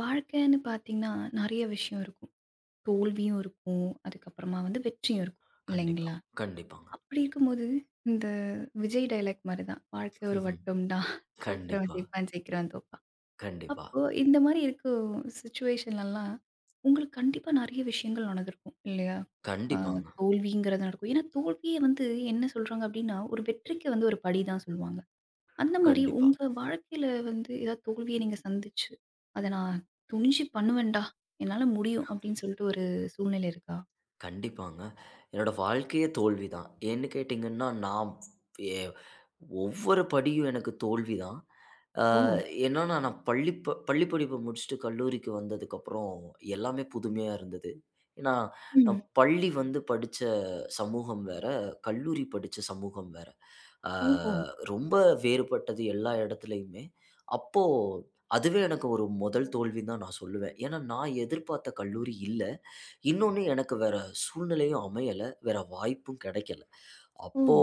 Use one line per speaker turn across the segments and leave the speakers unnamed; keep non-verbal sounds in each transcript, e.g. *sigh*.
வாழ்க்கைன்னு பார்த்தீங்கன்னா, நெறைய விஷயம் இருக்கும். தோல்வியும் இருக்கும். அதுக்கப்புறமா வந்து வெற்றியும் இருக்கும்.
கண்டிப்பா,
இல்லைங்களா?
கண்டிப்பாங்க.
அப்படி இருக்கும்போது, இந்த விஜய் டயலாக் மாரி தான். "வாழ்க்கை ஒரு
ம்ஹ்ம்.
வட்டம் தான். *laughs* தோக்குறவன்
கண்டிப்பா,
ஜெயிப்பான், ஜெயிக்கிறவன் தோப்பான்."
கண்டிப்பா,
அப்போ இந்த மாரி இருக்கும் சிச்சுவேஷன்லலாம், உங்களுக்கு கண்டிப்பா நெறைய விஷயங்கள் நடந்திருக்கும். இல்லையா? அ
கண்டிப்பாங்க.
தோல்விங்கிறது நடக்கும். ஏன்னா, தோல்வியே வந்து என்ன சொல்றாங்க அப்படின்னா, ஒரு வெற்றிக்கு வந்து ஒரு படி தான் சொல்லுவாங்க. அந்த மாரி
கண்டிப்பா,
உங்க வாழ்க்கையில வந்து ஏதாவது தோல்விய நீங்க சந்திச்சு, "அத நான் துணிஞ்சு பண்ணுவேன்டா. என்னால முடியும்." அப்படின்னு சொல்லிட்டு ஒரு சூழ்நிலை இருக்கா?
கண்டிப்பாங்க. என்னோட வாழ்க்கையே தோல்வி தான். ஏன்னு கேட்டீங்கன்னா, நான் எ ஒவ்வொரு படியும் எனக்கு தோல்வி தான். அ
ஓ!
என்னன்னா, நான் பள்ளி படிப்ப முடிச்சுட்டு கல்லூரிக்கு வந்ததுக்கப்புறம் எல்லாமே புதுமையா இருந்தது. ஏன்னா, நான்
ம்.
பள்ளி வந்து படிச்ச சமூகம் வேற, கல்லூரி படிச்ச சமூகம் வேற. அ
ஓஹோ!
ரொம்ப வேறுபட்டது எல்லா இடத்துலயுமே. அப்போ அதுவே எனக்கு ஒரு முதல் தோல்வின்னு தான் நான் சொல்லுவேன். ஏன்னா, நான் எதிர்பார்த்த கல்லூரி இல்ல. இன்னொன்னு எனக்கு வேற சூழ்நிலையும் அமையல. வேற வாய்ப்பும் கிடைக்கல.
ஓ!
அப்போ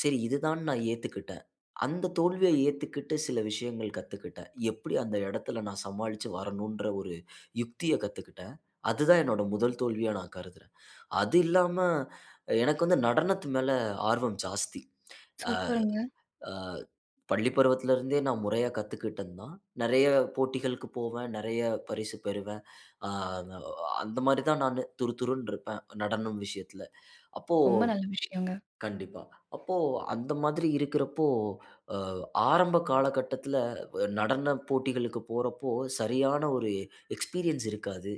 சரி இதுதான்னு நான் ஏத்துக்கிட்டேன். அந்த தோல்விய ஏத்துக்கிட்டு சில விஷயங்கள் கத்துக்கிட்டேன். எப்படி அந்த இடத்துல நான் சமாளிச்சு வரணுன்ற ஒரு யுக்திய கத்துக்கிட்டேன். அதுதான் என்னோட முதல் தோல்வியா நான் கருதுறேன். அது இல்லாம எனக்கு வந்து நடனத்து மேல ஆர்வம் ஜாஸ்தி.
சூப்பருங்க.
அ பள்ளி பருவத்திலருந்தே நான் முறையா கத்துக்கிட்டது தான். நெறைய போட்டிகளுக்கு போவேன், நெறைய பரிசு பெறுவேன். அ அந்த மாரி தான் நானு துருதுருன்னு இருப்பேன் நடனம் விஷயத்தில. அப்போ
ரொம்ப நல்ல விஷயங்க.
கண்டிப்பா. அப்போ அந்த மாதிரி இருக்கிறப்போ, அ ஆரம்ப காலகட்டத்தில நடன போட்டிகளுக்கு போறப்போ, சரியான ஒரு எக்ஸ்பீரியன்ஸ் இருக்காது.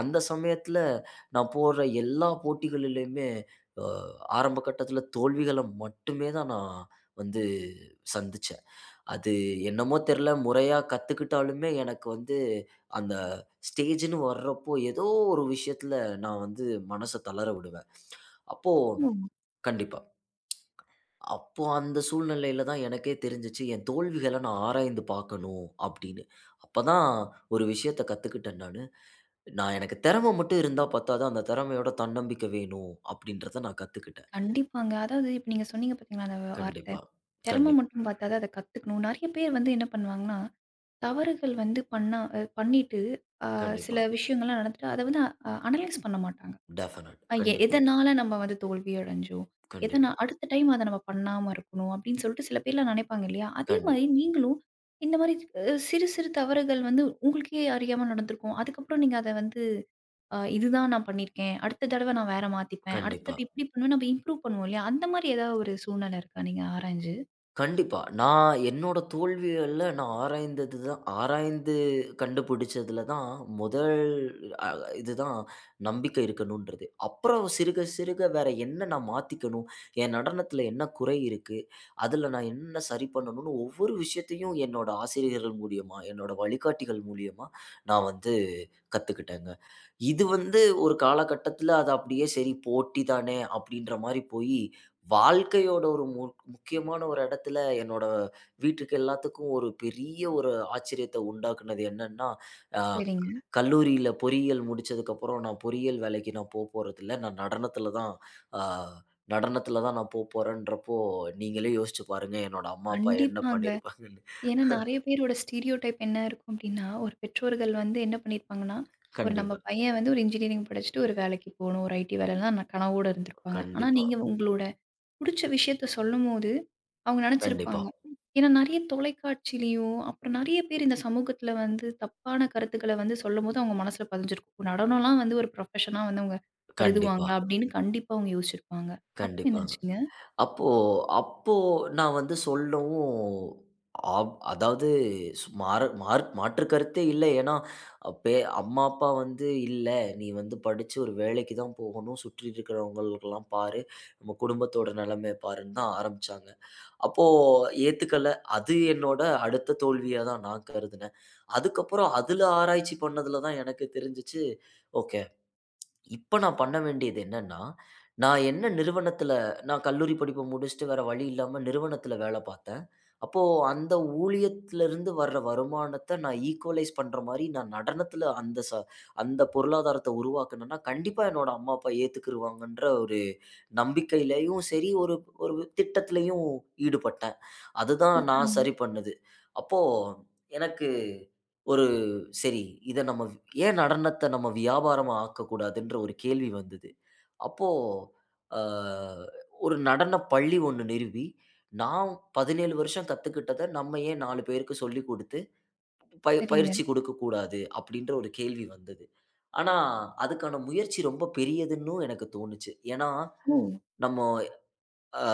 அந்த சமயத்தில நான் போற எல்லா போட்டிகளிலயுமே அ ஆரம்ப கட்டத்தில தோல்விகள மட்டுமே தான் நான் வந்து சந்திச்சேன். அது என்னமோ தெரியல, முறையா கத்துக்கிட்டாலுமே எனக்கு வந்து அந்த ஸ்டேஜ்ன்னு வர்றப்போ, ஏதோ ஒரு விஷயத்துல நான் வந்து மனச தளர விடுவேன். அப்போ
ஓ!
கண்டிப்பா. அப்போ அந்த சூழ்நிலையில தான் எனக்கே தெரிஞ்சுச்சு, என் தோல்விகள நான் ஆராய்ந்து பார்க்கணும் அப்படின்னு. அப்பதான் ஒரு விஷயத்த கத்துக்கிட்டேன் நானு. நான் எனக்கு திறமை மட்டும் இருந்தா பத்தாது, அந்த திறமையோட தன்னம்பிக்கை வேணும் அப்படின்றத நான் கத்துக்கிட்டேன்.
கண்டிப்பாங்க. அதாவது இப்ப நீங்க சொன்னீங்க பார்த்தீங்களா, அந்த வார்த்தை.
கண்டிப்பா, கண்டிப்பா,
திறம மட்டும் பார்த்தாது அத கத்துக்கணும். நெறைய பேர் வந்து என்ன பண்ணுவாங்கன்னா, தவறுகள் வந்து பண்ணா பண்ணிட்டு, அ சில
கண்டிப்பா.
விஷயங்கள்லாம் நடந்துட்டு, அத வந்து அனலைஸ் பண்ண மாட்டாங்க.
டெஃபனட்.
அ எ
கண்டிப்பா,
எதனால நம்ம வந்து தோல்வி அடைஞ்சோம்? எதனா
கண்டிப்பா,
அடுத்த டைம் அத நம்ம பண்ணாம இருக்கணும் அப்படின்னு சொல்லிட்டு சில பேர்லாம் நினைப்பாங்க இல்லையா? அதே
கண்டி
மாரி நீங்களும் இந்த மாரி சிறு சிறு தவறுகள் வந்து உங்களுக்கே அறியாம நடந்திருக்கும். அதுக்கப்புறம் நீங்க அத வந்து இதுதான் நான் பண்ணியிருக்கேன். அடுத்த தடவ நான் வேற மாத்திப்பேன். அடுத்த
கண்டிப்பா.
தடவ இப்படி பண்ணுவேன். நம்ம இம்ப்ரூவ் பண்ணுவோம் இல்லையா? அந்த மாரி ஏதாவது ஒரு சூழ்நிலை இருக்கா நீங்க ஆராய்ஞ்சு?
கண்டிப்பா. நான் என்னோட தோல்விகள்ல நான் ஆராய்ந்தது தான் ஆராய்ந்து கண்டுபிடிச்சதுல தான் முதல் அ இதுதான் நம்பிக்கை இருக்கணுன்றது. அப்புறம் சிறுக சிறுக வேற என்ன நான் மாத்திக்கணும்? என் நடனத்தில என்ன குறை இருக்கு? அதில நான் என்ன சரி பண்ணணும்னு ஒவ்வொரு விஷயத்தையும் என்னோட ஆசிரியர்கள் மூலியமா, என்னோட வழிகாட்டிகள் மூலியமா நான் வந்து கத்துக்கிட்டேங்க. இது வந்து ஒரு காலகட்டத்தில அது அப்படியே சரி போட்டி தானே அப்படின்ற மாரி போயி வாழ்க்கையோட ஒரு முக்கியமான ஒரு இடத்துல என்னோட வீட்டுக்கு எல்லாத்துக்கும் ஒரு பெரிய ஒரு ஆச்சரியத்த உண்டாக்குனது என்னன்னா, அ
சரிங்க.
கல்லூரியில பொறியியல் முடிச்சதுக்கப்புறம் நான் பொறியியல் வேலைக்கு நான் போறதில்ல. நான் நடனத்தில தான் அ நடனத்தில தான் நான் போறேன்றப்போ, நீங்களே யோசிச்சு பாருங்க என்னோட அம்மா, அப்பா என்ன
கண்டிப்பாங்க.
பண்ணியிருப்பாங்கன்னு.
ஏன்னா நெறைய பேரோட ஸ்டீரியோடைப் என்ன இருக்கும் அப்டின்னா, ஒரு பெற்றோர்கள் வந்து என்ன பண்ணியிருப்பாங்கன்னா, ஒரு நம்ம
கண்டிப்பா,
பையன் வந்து ஒரு இன்ஜினியரிங் படிச்சுட்டு ஒரு வேலைக்கு போணும். ஒரு ஐடி வேலைலாம் ந கனவோட இருந்திருப்பாங்க. ஆனா
கண்டிப்பா,
நீங்க உங்களோட புடிச்ச விஷயத்த சொல்லும்போது, அவங்க
கண்டிப்பா, கண்டிப்பா,
நெனச்சிருப்பாங்க. ஏன்னா நெறைய தொலைக்காட்சியிலயும், அப்புறம் நெறைய பேர் இந்த சமூகத்துல வந்து தப்பான கருத்துக்கள வந்து சொல்லும்போது அவங்க மனசுல பதிஞ்சிருக்கும். ஒரு நடனம்லாம் வந்து ஒரு ப்ரொஃபஷனா வந்து அவங்க
கண்டிப்பா,
கருதுவாங்களா? அப்டின்னு கண்டிப்பா அவங்க யோசிச்சிருப்பாங்க. அப்ப
கண்டிப்பா.
என்னாச்சுங்க?
அப்போ அப்போ நான் வந்து சொல்லவும், அதாவது சு மாறு மாறு மாற்று கருத்தே இல்ல. ஏன்னா, அப்பே அம்மா, அப்பா வந்து "இல்ல, நீ வந்து படிச்சு ஒரு வேலைக்கு தான் போகணும். சுற்றி இருக்கிறவங்களுக்கெல்லாம் பாரு. நம்ம குடும்பத்தோட நிலைமைய பாருன்னு" தான் ஆரம்பிச்சாங்க. அப்போ ஏத்துக்கல. அது என்னோட அடுத்த தோல்வியா தான் நான் கருதினேன். அதுக்கப்புறம் அதுல ஆராய்ச்சி பண்ணதுல தான் எனக்கு தெரிஞ்சுச்சு, ஓகே. இப்ப நான் பண்ண வேண்டியது என்னன்னா, நான் என்ன நிறுவனத்தில நான் கல்லூரி படிப்ப முடிச்சுட்டு வேற வழி இல்லாம நிறுவனத்தில வேல பார்த்தேன். அப்போ அந்த ஊழியத்திலிருந்து வர்ற வருமானத்த நான் ஈக்குவலைஸ் பண்ற மாரி நான் நடனத்தில அந்த அந்த பொருளாதாரத்த உருவாக்குனேன்னா, கண்டிப்பா என்னோட அம்மா, அப்பா ஏத்துக்குருவாங்கன்ற ஒரு நம்பிக்கையிலயும் சரி, ஒரு ஒரு திட்டத்திலயும் ஈடுபட்டேன். அதுதான் நான்
சூப்பருங்க.
சரி பண்ணுது. அப்போ எனக்கு ஒரு சரி இத நம்ம ஏன் நடனத்த நம்ம வியாபாரமா ஆக்கக்கூடாதுன்ற ஒரு கேள்வி வந்தது. அப்போ அ ஒரு நடனப் பள்ளி ஒண்ணு நிறுவி, நான் 17 வருஷம் கத்துக்கிட்டத நம்ம ஏன் 4 பேருக்கு சொல்லிக் குடுத்து,
சரிங்க.
பயிற்சி குடுக்கக் கூடாது? அப்படின்ற ஒரு கேள்வி வந்தது. ஆனா, அதுக்கான முயற்சி ரொம்ப பெரியதுன்னும் எனக்கு தோணுச்சு. ஏன்னா,
ஓ!
நம்ம அ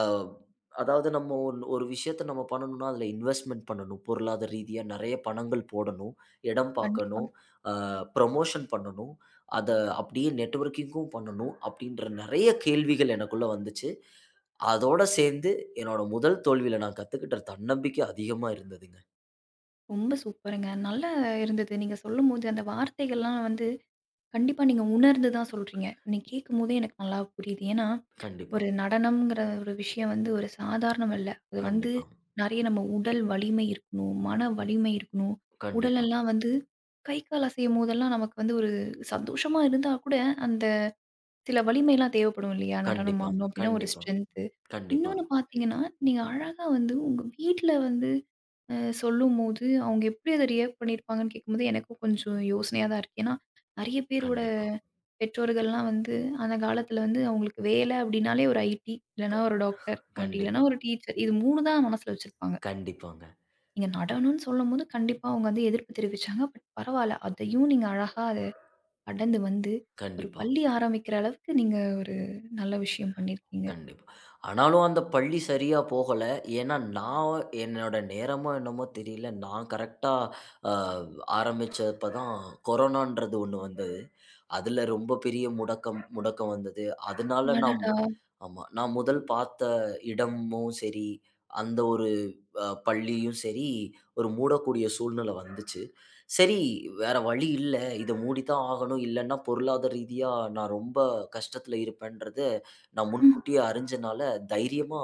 அதாவது நம்ம ஒரு விஷயத்த நம்ம பண்ணணும்னா, அதுல இன்வெஸ்ட்மென்ட் பண்ணணும். பொருளாதார ரீதியா நெறைய பணங்கள் போடணும், இடம்
கண்டிப்பா.
பார்க்கணும், அ ப்ரமோஷன் பண்ணணும், அத அப்படியே நெட்வொர்க்கிங்கும் பண்ணணும், அப்படின்ற நெறைய கேள்விகள் எனக்குள்ள வந்துச்சு. அதோட சேர்ந்து என்னோட முதல் தோல்வியில நான் கத்துக்கிட்ட தன்னம்பிக்கை அதிகமா இருந்ததுங்க.
ரொம்ப சூப்பருங்க. நல்லா இருந்தது. நீங்க சொல்லும்போது அந்த வார்த்தைகள்லாம் வந்து கண்டிப்பா நீங்க உணர்ந்து தான் சொல்றீங்க. நீங்க கேட்கும்போதே எனக்கு நல்லா புரியுது. ஏன்னா,
கண்டிப்பா,
ஒரு நடனம்ங்கிற ஒரு விஷயம் வந்து ஒரு சாதாரணம் அல்ல. அது வந்து
கண்டிப்பா,
நெறைய நம்ம உடல் வலிமை இருக்கணும், மன வலிமை இருக்கணும்.
கண்டிப்பா,
உடலெல்லாம் வந்து கை, கால் அசையும்போதெல்லாம் நமக்கு வந்து ஒரு சந்தோஷமா இருந்தா கூட, அந்த சில வலிமைலாம் தேவைப்படும் இல்லையா? நடனம்
கண்டிப்பாங்க,
ஆடணும் அப்படின்னா ஒரு
கண்டிப்பா,
ஸ்ட்ரென்த்து.
கண்டிப்பா,
இன்னொன்னு பார்த்தீங்கன்னா, நீங்க அழகா வந்து உங்க வீட்ல வந்து அ சொல்லும்போது, அவங்க எப்படி அத ரியாக்ட் பண்ணியிருப்பாங்கன்னு கேட்கும்போது, எனக்கும் கொஞ்சம் யோசனையா தான் இருக்கு. ஏன்னா, நெறைய பேரோட
கண்டிப்பா,
பெற்றோர்கள்லாம் வந்து, அந்த காலத்தில வந்து அவங்களுக்கு வேலை அப்படின்னாலே ஒரு ஐடி,
க
இல்லன்னா ஒரு டாக்டர், அப்படி இல்லன்னா
கண்டிப்பா,
ஒரு டீச்சர். இது 3 தான் மனசுல வச்சிருப்பாங்க.
கண்டிப்பாங்க,
நீங்க நடனம்னு சொல்லும்போது, கண்டிப்பா அவங்க வந்து எதிர்ப்பு தெரிவிச்சாங்க. பட் பரவால்ல, அதையும் நீங்க அழகா அத கடந்து வந்து, ஒரு
கண்டிப்பா,
பள்ளி ஆரம்பிக்கிற அளவுக்கு நீங்க ஒரு நல்ல விஷயம் பண்ணியிருக்கீங்க.
கண்டிப்பா. ஆனாலும் அந்த பள்ளி சரியா போகல. ஏன்னா, நான் என்னோட நேரமோ என்னமோ தெரியல. நான் கரெக்ட்டா அ ஆரம்பிச்சப்ப தான் கொரோனான்றது ஒண்ணு வந்தது. அதுல ரொம்ப பெரிய முடக்கம் முடக்கம் வந்தது. அதனால நான்
அடடா!
ஆமா. நான் முதல் பார்த்த இடமும் சரி, அந்த ஒரு பள்ளியும் சரி, ஒரு மூடக்கூடிய சூழ்நிலை வந்துச்சு. சரி வேற வழி இல்ல. இத மூடித்தான் ஆகணும். இல்லன்னா பொருளாதார ரீதியா நான் ரொம்ப கஷ்டத்துல இருப்பேன்றத நான்
ம்.
முன்கூட்டியே அறிஞ்சனால தைரியமா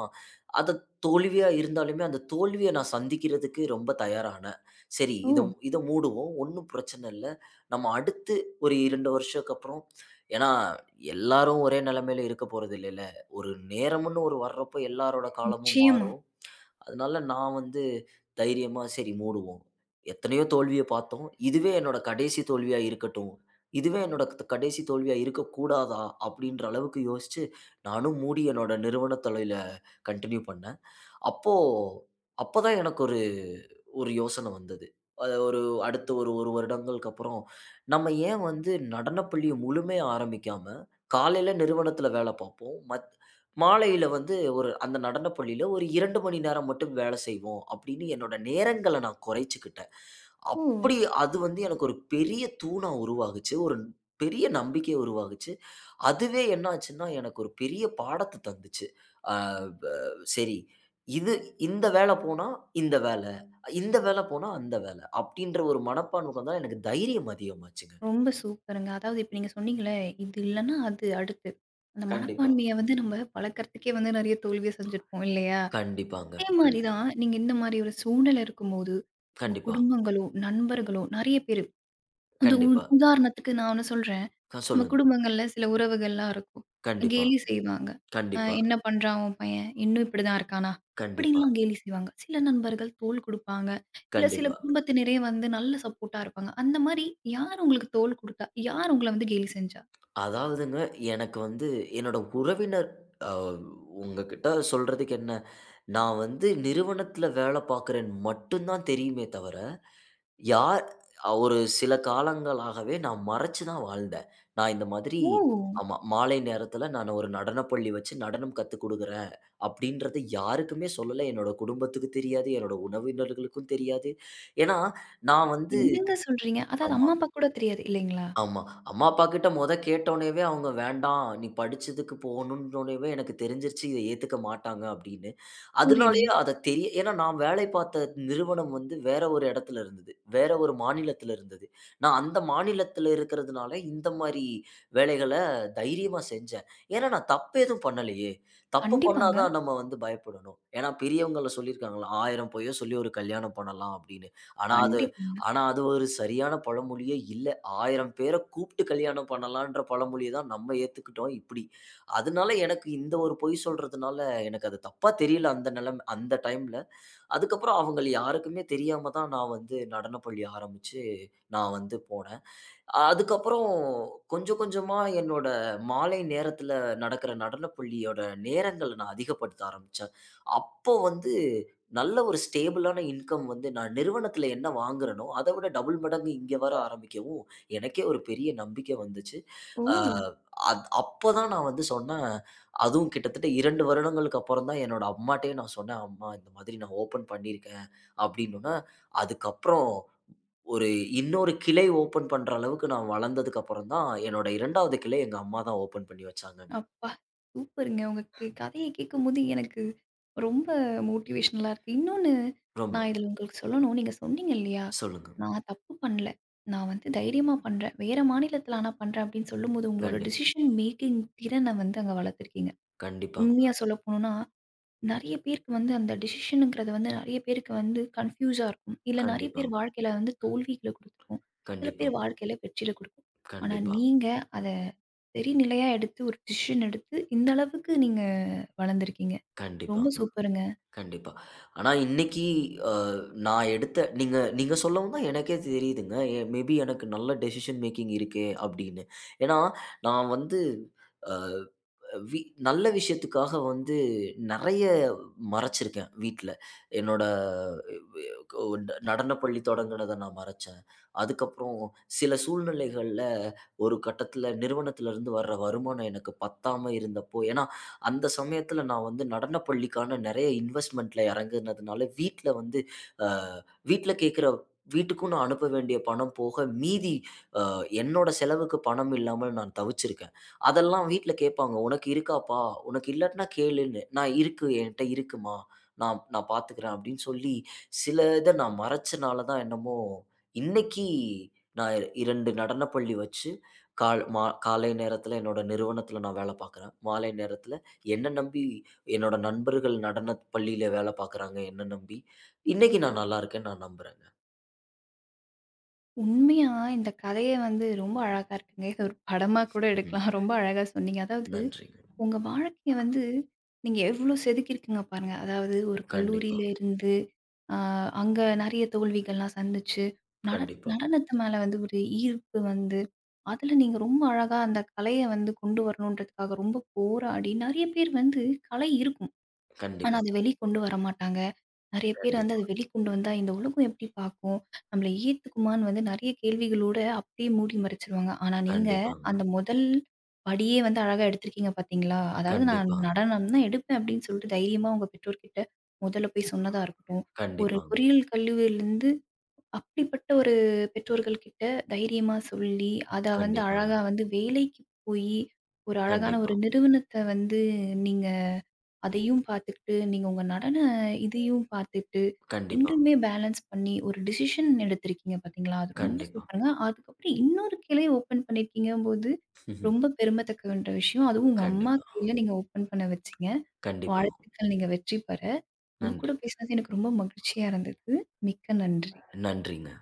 அத தோல்வியா இருந்தாலுமே அந்த தோல்விய நான் சந்திக்கிறதுக்கு ரொம்ப தயாரானேன். சரி
ஓ!
இத இத மூடுவோம். ஒண்ணும் பிரச்சனை இல்ல. நம்ம அடுத்து ஒரு 2 வருஷத்துக்கு அப்புறம் ஏன்னா எல்லாரும் ஒரே நிலைமையில இருக்க போறதில்லைல. ஒரு நேரம்ன்னு ஒரு வர்றப்போ எல்லாரோட காலமும்
நிச்சயமா.
மாறும். அதனால நான் வந்து தைரியமா சரி மூடுவோம். எத்தனையோ தோல்விய பார்த்தோம். இதுவே என்னோட கடைசி தோல்வியா இருக்கட்டும். இதுவே என்னோட கடைசி தோல்வியா இருக்கக்கூடாதா? அப்படின்ற அளவுக்கு யோசிச்சு, நானும் மூடி என்னோட நிறுவன தொழில கன்டின்யூ பண்ணேன். அப்போ அப்பதான் எனக்கு ஒரு ஒரு யோசனை வந்தது. அது ஒரு அடுத்த ஒரு 1 வருடங்களுக்கு அப்புறம், நம்ம ஏன் வந்து நடனப் பள்ளிய முழுமையா ஆரம்பிக்காம, காலையில நிறுவனத்தில வேலை பார்ப்போம். மாலையில வந்து ஒரு அந்த நடனப் பள்ளியில ஒரு 2 மணி நேரம் மட்டும் வேலை செய்வோம் அப்படின்னு என்னோட நேரங்கள நான் குறைச்சுக்கிட்டேன்.
ஓ!
அப்படி அது வந்து எனக்கு ஒரு பெரிய தூணா உருவாகுச்சு. ஒரு பெரிய நம்பிக்கைய உருவாகுச்சு. அதுவே என்னாச்சுன்னா, எனக்கு ஒரு பெரிய பாடத்த தந்துச்சு. அ ப சரி, இது இந்த வேல போனா இந்த வேல, இந்த வேல போனா அந்த வேல அப்டின்ற ஒரு மனப்பான்மை வந்தா எனக்கு தைரியம் அதிகமாச்சுங்க.
ரொம்ப சூப்பருங்க. அதாவது இப்ப நீங்க சொன்னீங்கல்ல, இது இல்லன்னா அது அடுத்து. அந்த
கண்டிப்பா.
மனப்பான்மைய வந்து நம்ம பழக்கறதுக்கே வந்து நெறைய தோல்விய செஞ்சிருப்போம் இல்லையா?
கண்டிப்பாங்க.
அதே
கண்
மாரி தான் நீங்க இந்த மாரி ஒரு சூழ்நிலை இருக்கும்போது, உங்க
கண்டிப்பா,
குடும்பங்களோ, நண்பர்களோ நெறைய பேரு. அது
கண்டிப்பா.
உதாரணத்துக்கு நான் ஒண்ணு சொல்றேன். நம்ம
சொல்லுங்க.
குடும்பங்கள்ல சில உறவுகள்லாம் இருக்கும்.
கண்டிப்பா,
கேலி செய்வாங்க.
கண்டிப்பா,
"என்ன பண்றான் உன் பையன்? இன்னும் இப்படிதான் இருக்கானா?"
கண்டிப்பா,
அப்படின்லாம் கேலி செய்வாங்க. சில நண்பர்கள் தோள் குடுப்பாங்க. இல்ல சில
கண்டிப்பா.
குடும்பத்தினரே வந்து நல்ல சப்போர்ட்டா இருப்பாங்க. அந்த மாரி யார் உங்களுக்கு தோள் குடுத்தா? யார் உங்கள வந்து கேலி செஞ்சா?
அதாவதுங்க, எனக்கு வந்து என்னோட உறவினர் அ உங்ககிட்ட சொல்றதுக்கு என்ன, நான் வந்து நிறுவனத்துல வேல பாக்குறேன்னு மட்டும் தான் தெரியுமே தவிர யார் ஒரு சில காலங்களாகவே நான் மறைச்சு தான் வாழ்ந்தேன். நான் இந்த மாதிரி
ஓ!
ஆமா. மாலை நேரத்தில நான் ஒரு நடனப் பள்ளி வச்சு நடனம் கத்துக் குடுக்குறேன் அப்படின்றத யாருக்குமே சொல்லல. என்னோட குடும்பத்துக்கு தெரியாது. என்னோட உறவினர்களுக்கும் தெரியாது. ஏன்னா, நான் வந்து
என்னங்க சொல்றீங்க? அதாவது
ஆமா,
அம்மா, அப்பா கூட தெரியாது இல்லைங்களா?
ஆமா. அம்மா, அப்பா கிட்ட மொத கேட்டோனேவே அவங்க வேண்டாம். நீ படிச்சதுக்கு போணும்னோனவே எனக்கு தெரிஞ்சிருச்சு. இத ஏத்துக்க மாட்டாங்க அப்படின்னு.
புரியுது.
அதனாலயே அத தெரிய ஏன்னா நான் வேலை பார்த்த நிறுவனம் வந்து வேற ஒரு இடத்துல இருந்தது. வேற ஒரு மாநிலத்தில இருந்தது. நான் அந்த மாநிலத்தில இருக்கிறதுனால இந்த மாரி வேலைகள தைரியமா செஞ்சேன். ஏன்னா நான் தப்பு எதுவும் பண்ணலையே! தப்பு பண்ணா
கண்டிப்பாங்க.
தான் நம்ம வந்து பயப்படணும். ஏன்னா பெரியவங்கள்ல சொல்லியிருக்காங்கள்ல, 1000 பொய்ய சொல்லி ஒரு கல்யாணம் பண்ணலாம் அப்படின்னு. ஆனா அது
கண்டிப்பாங்க.
ஆனா அது ஒரு சரியான பழமொழியே இல்ல. 1000 பேர கூப்ட்டு கல்யாணம் பண்ணலான்ற பழமொழிய தான் நம்ம ஏத்துக்கிட்டோம் இப்படி. அதனால எனக்கு இந்த ஒரு பொய் சொல்றதுனால, எனக்கு அது தப்பா தெரியல அந்த டைம்ல. அதுக்கப்புறம் அவங்கள் யாருக்குமே தெரியாம தான் நான் வந்து நடனப்பள்ளி ஆரம்பிச்சு, நான் வந்து போனேன். அதுக்கப்புறம் கொஞ்சம் கொஞ்சமா என்னோட மாலை நேரத்துல நடக்கிற நடனப் பள்ளியோட நேரங்கள நான் அதிகப்படுத்த ஆரம்பிச்சேன். அப்போ வந்து நல்ல ஒரு ஸ்டேபிளான இன்கம் வந்து நான் நிறுவனத்துல என்ன வாங்குறேனோ, அத விட டபுள் மடங்கு இங்க வர ஆரம்பிக்கவும், எனக்கே ஒரு பெரிய நம்பிக்கை வந்துச்சு.
ஓ!
அ அத் அப்பதான் நான் வந்து சொன்னேன், அதுவும் கிட்டத்தட்ட 2 வருடங்களுக்கு அப்புறம் தான் என்னோட அம்மாட்டயே நான் சொன்னேன், "அம்மா இந்த மாதிரி நான் ஓப்பன் பண்ணியிருக்கேன்" அப்படின்னோன, அதுக்கப்புறம் ஒரு இன்னொரு கிளை ஓப்பன் பண்ற அளவுக்கு நான் வளர்ந்ததுக்கு அப்புறம் தான், என்னோட 2வது கிளை எங்க அம்மா தான் ஓப்பன் பண்ணி வச்சாங்கங்க.
அப்பா! சூப்பருங்க. உங்க கதைய கேட்கும்போது எனக்கு ரொம்ப மோட்டிவேஷனலா இருக்கு. இன்னொன்னு
ரொம்ப
நான் இதில உங்களுக்கு சொல்லணும். நீங்க சொன்னீங்க இல்லையா?
சொல்லுங்க.
"நான் தப்பு பண்ணல. நான் வந்து தைரியமா பண்றேன். வேற மாநிலத்தில ஆனா பண்றேன்" அப்படின்னு சொல்லும்போது, உங்களோட
கண்டி
டிசிஷன் மேக்கிங் திறன வந்து அங்க வளர்த்துருக்கீங்க.
கண்டிப்பாங்க.
உண்மையா சொல்ல போணும்னா, நெறைய பேருக்கு வந்து அந்த டிசிஷனுங்கிறது வந்து நெறைய பேருக்கு வந்து கன்ஃப்யூஸா இருக்கும். இல்ல நெறைய
கண்டிப்பா,
பேர் வாழ்க்கையில வந்து தோல்விகள குடுத்துக்கும். சில
கண்டிப்பா,
பேர் வாழ்க்கையில வெற்றில குடுக்கும். ஆனா
கண்டிப்பா,
நீங்க அத சரிநிலையா எடுத்து ஒரு டிசிஷன் எடுத்து இந்த அளவுக்கு நீங்க வளர்ந்துருக்கீங்க. ரொம்ப
கண்டிப்பாங்க.
சூப்பருங்க.
கண்டிப்பா. ஆனா இன்னைக்கு அ நான் எடுத்த நீங்க நீங்க சொல்லவும் தான் எனக்கே தெரியுதுங்க. மேபி எனக்கு நல்ல டெசிஷன் மேக்கிங் இருக்கே அப்படின்னு. ஏன்னா, நான் வந்து அ வி நல்ல விஷயத்துக்காக வந்து நெறைய மறைச்சிருக்கேன் வீட்ல. என்னோட வி கோ ட நடனப் பள்ளி தொடங்குனத நான் மறைச்சேன். அதுக்கப்புறம் சில சூழ்நிலைகள்ல ஒரு கட்டத்தில நிறுவனத்திலருந்து வர்ற வருமானம் எனக்கு பத்தாம இருந்தப்போ ஏன்னா, அந்த சமயத்தில நான் வந்து நடனப் பள்ளிக்கான நெறைய இன்வெஸ்ட்மென்ட்ல இறங்குனதுனால வீட்ல வந்து அ வீட்ல கேட்கிற வீட்டுக்கும் நான் அனுப்ப வேண்டிய பணம் போக மீதி அ என்னோட செலவுக்கு பணம் இல்லாமல் நான் தவிச்சிருக்கேன். அதெல்லாம் வீட்ல கேட்பாங்க. "உனக்கு இருக்காப்பா? உனக்கு இல்லாட்டினா கேளுன்னு." நான் இருக்கு. என்ட்ட இருக்கும்மா. நான் நான் பார்த்துக்கிறேன் அப்படின்னு சொல்லி, சில இத நான் மறைச்சனால தான் என்னமோ, இன்னைக்கு நான் 2 நடனப் பள்ளி வச்சு, கால் மா காலை நேரத்தில என்னோட நிறுவனத்தில நான் வேலை பார்க்குறேன். மாலை நேரத்தில என்ன நம்பி என்னோட நண்பர்கள் நடனப் பள்ளியில வேலை பார்க்குறாங்க, என்ன நம்பி. இன்னைக்கு நான் நல்லா இருக்கேன்னு நான் நம்புறேங்க.
உண்மையா இந்த கதைய வந்து ரொம்ப அழகா இருக்குங்க. இத ஒரு படமா கூட
ம்.
எடுக்கலாம். ரொம்ப அழகா சொன்னீங்க. அதாவது
நன்றிங்க.
உங்க வாழ்க்கைய வந்து நீங்க எவ்ளோ செதுக்கியிருக்கீங்க பாருங்க. அதாவது ஒரு
கண்டிப்பா,
கல்லூரியில இருந்து, அ அங்க நெறைய தோல்விகள்லாம் சந்திச்சு, நட
கண்டிப்பா,
நடனத்து மேல வந்து ஒரு ஈர்ப்பு வந்து, அதுல நீங்க ரொம்ப அழகா அந்த கலைய வந்து கொண்டு வரணுன்றதுக்காக ரொம்ப போராடி, நெறைய பேர் வந்து கலை இருக்கும். ஆனா,
கண்டிப்பாங்க,
அத வெளிக்கொண்டு வர மாட்டாங்க. நெறைய பேர் வந்து
கண்டிப்பா,
அத வெளிக்கொண்டு வந்தா, இந்த உலகம் எப்படி பார்க்கும்? நம்மள ஏத்துக்குமான்னு வந்து நெறைய கேள்விகளோட அப்படியே மூடி மறைச்சுருவாங்க. ஆனா நீங்க
கண்டிப்பாங்க,
அந்த முதல் படியே வந்து அழகா எடுத்திருக்கீங்க பார்த்தீங்களா? அதாவது நான்
கண்டிப்பாங்க.
நடனம் தான் எடுப்பேன் அப்படின்னு சொல்லிட்டு தைரியமா உங்க பெற்றோர்கிட்ட முதல்ல போய் சொன்னதா இருக்கட்டும், ஒரு
கண்டிப்பாங்க.
பொறியியல் கல்லூரியிலிருந்து அப்படிப்பட்ட ஒரு பெற்றோர்கள் கிட்ட தைரியமா சொல்லி, அத வந்து
கண்டிப்பாங்க.
அழகா வந்து வேலைக்கு போயி, ஒரு அழகான
கண்டிப்பா,
ஒரு நிறுவனத்த வந்து நீங்க அதையும் பார்த்துக்கிட்டு, நீங்க உங்க நடன இதையும் பார்த்துட்டு,
கண்டிப்பாங்க.
2மே பேலன்ஸ் பண்ணி ஒரு டிசிஷன் எடுத்திருக்கீங்க பார்த்தீங்களா? அது ரொம்ப
கண்டிப்பா.
சூப்பருங்க. அதுக்கப்புறம் இன்னொரு கிளை ஓப்பன் பண்ணியிருக்கீங்கம்போது,
*laughs* ம்ஹ்ம்.
ரொம்ப பெருமத்தக்கன்ற விஷயம். அதுவும் உங்க அம்மா
கண்டிப்பா.
கையில நீங்க ஓப்பன் பண்ண வச்சீங்க.
கண்டிப்பா.
வாழ்த்துக்கள் நீங்க வெற்றி பெற. உங்க
நன்றி.
கூட பேசினது எனக்கு ரொம்ப மகிழ்ச்சியா இருந்தது. மிக்க நன்றி.
நன்றிங்க.